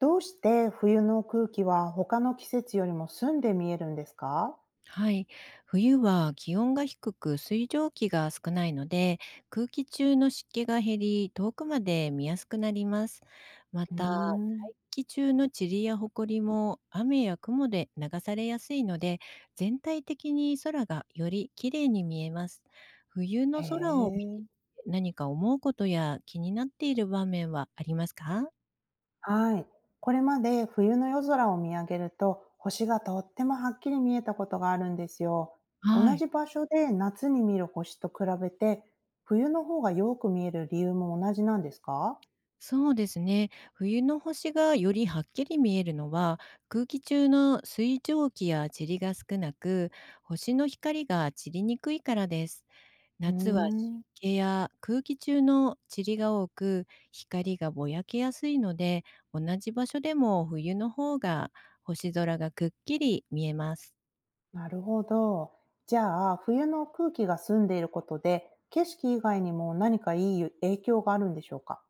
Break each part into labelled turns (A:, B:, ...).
A: どうして冬の空気は他の季節よりも澄んで見えるんですか？
B: はい。冬は気温が低く水蒸気が少ないので、空気中の湿気が減り、遠くまで見やすくなります。ま
A: うー
B: た、
A: ん、
B: 大気中の塵や埃も雨や雲で流されやすいので、全体的に空がより綺麗に見えます。冬
A: へ
B: の空を見
A: え。
B: て何か思うことや気になっている場面はありますか？
A: はい。これまで冬の夜空を見上げると星がとってもはっきり見えたことがあるんですよ。同
B: はい。
A: じ場所で夏に見る星と比べて、冬の方がよく見える理由も同じなんですか？
B: そうですね。冬の星がよりはっきり見えるのは、空気中の水蒸気や塵が少なく、星の光が散りにくいからです。
A: うー
B: 夏は湿
A: ん、
B: 気や空気中の塵が多く、光がぼやけやすいので、同じ場所でも冬の方が星空がくっきり見えます。
A: なるほど。じゃあ、冬の空気が澄んでいることで景色以外にも何かいい影響があるんでしょうか？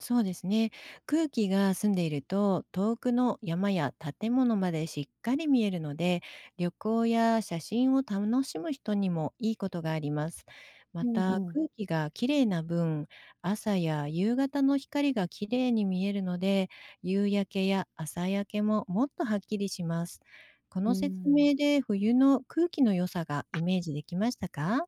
B: そうですね。空気が澄んでいると遠くの山や建物までしっかり見えるので、旅行や写真を楽しむ人にもいいことがあります。まう
A: う
B: ん
A: ん
B: た
A: うん。
B: 空気がきれいな分、朝や夕方の光がきれいに見えるので、夕焼けや朝焼けももっとはっきりします。こ
A: う
B: の説
A: ん、
B: 明で冬の空気の良さがイメージできましたか？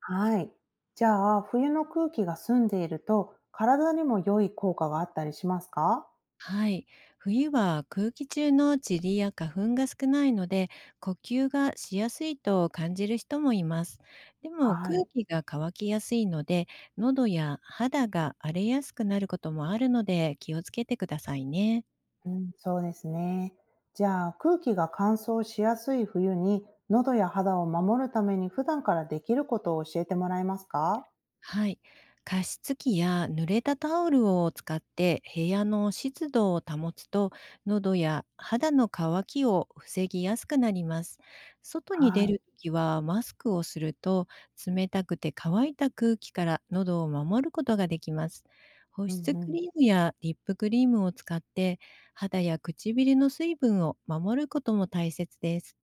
A: はい。じゃあ、冬の空気が澄んでいると、体にも良い効果があったりしますか？
B: はい。冬は空気中の塵や花粉が少ないので、呼吸がしやすいと感じる人もいます。でも
A: は
B: 空
A: い。
B: 気が乾きやすいので、喉や肌が荒れやすくなることもあるので気をつけてくださいね。
A: うんそうですね。じゃあ、空気が乾燥しやすい冬に、喉や肌を守るために普段からできることを教えてもらえますか？
B: はい。加湿器や濡れたタオルを使って部屋の湿度を保つと、喉や肌の乾きを防ぎやすくなります。外に出
A: はい。
B: るときはマスクをすると、冷たくて乾いた空気から喉を守ることができます。保
A: うん
B: 湿
A: う
B: ク
A: ん。
B: リームやリップクリームを使って肌や唇の水分を守ることも大切です。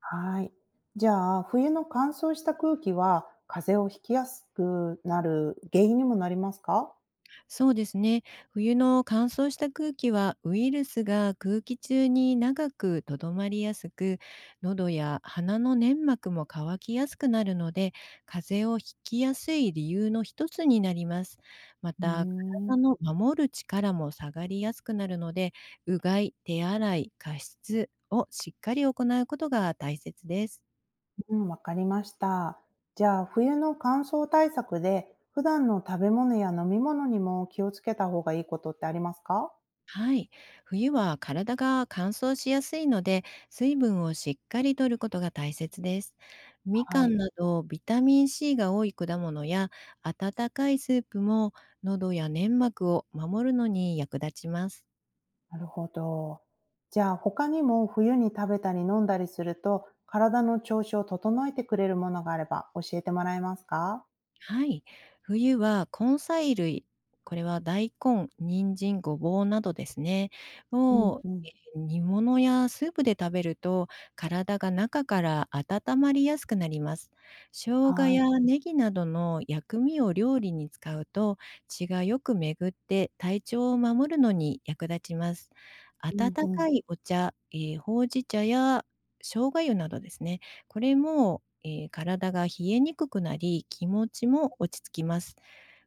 A: はい。じゃあ、冬の乾燥した空気は、風邪をひきやすくなる原因にもなりますか？
B: そうですね。冬の乾燥した空気はウイルスが空気中に長くとどまりやすく、喉や鼻の粘膜も乾きやすくなるので、風邪をひきやすい理由の一つになります。ま
A: うー
B: た、体
A: ん。
B: の守る力も下がりやすくなるので、うがい、手洗い、加湿をしっかり行うことが大切です。
A: うん、わかりました。じゃあ、冬の乾燥対策で、普段の食べ物や飲み物にも気をつけた方がいいことってありますか？
B: はい。冬は体が乾燥しやすいので、水分をしっかりとることが大切です。み
A: は
B: か
A: い、
B: んなどビタミン C が多い果物や、温かいスープも喉や粘膜を守るのに役立ちます。
A: なるほど。じゃあ、他にも冬に食べたり飲んだりすると、体の調子を整えてくれるものがあれば教えてもらえますか？
B: はい。冬は根菜類、これは大根、人参、ごぼうなどですね、
A: うん
B: を、
A: うん。
B: 煮物やスープで食べると、体が中から温まりやすくなります。生姜
A: はい。
B: やネギなどの薬味を料理に使うと、血がよく巡って体調を守るのに役立ちます。
A: う
B: 温
A: んうん。
B: かいお茶、ほうじ茶や生姜湯などですね、これも、体が冷えにくくなり、気持ちも落ち着きます。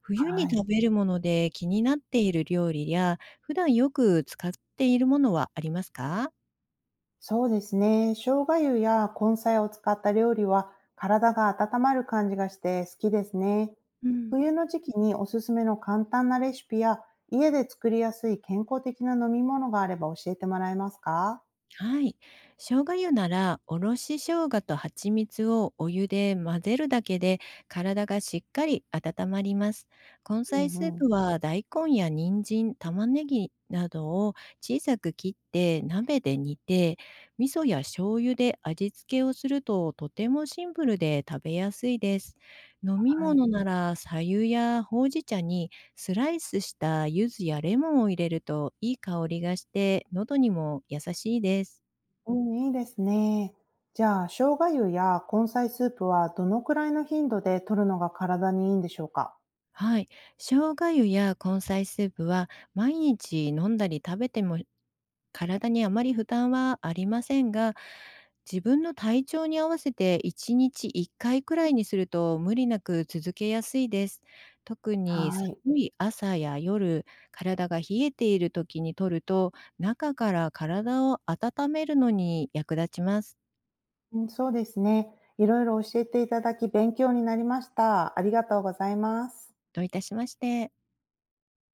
B: 冬に
A: はい。
B: 食べるもので気になっている料理や、普段よく使っているものはありますか？
A: そうですね。生姜湯や根菜を使った料理は体が温まる感じがして好きですね。
B: うん。
A: 冬の時期におすすめの簡単なレシピや家で作りやすい健康的な飲み物があれば教えてもらえますか？
B: はい。生姜湯なら、おろし生姜と蜂蜜をお湯で混ぜるだけで、体がしっかり温まります。根
A: う
B: 菜
A: ん
B: スー
A: うん。
B: プは、大根や人参、玉ねぎなどを小さく切って鍋で煮て、味噌や醤油で味付けをすると、とてもシンプルで食べやすいです。飲み
A: はい。
B: 物なら、白湯やほうじ茶にスライスした柚子やレモンを入れるといい香りがして、喉にも優しいです。
A: うん、いいですね。じゃあ、生姜湯や根菜スープはどのくらいの頻度で取るのが体にいいんでしょうか？
B: はい。生姜湯や根菜スープは毎日飲んだり食べても体にあまり負担はありませんが、自分の体調に合わせて1日1回くらいにすると無理なく続けやすいです。特に
A: はい。
B: 寒い朝や夜、体が冷えている時に摂ると中から体を温めるのに役立ちます。
A: うん、そうですね。いろいろ教えていただき勉強になりました。ありがとうございます。
B: どういたしまして。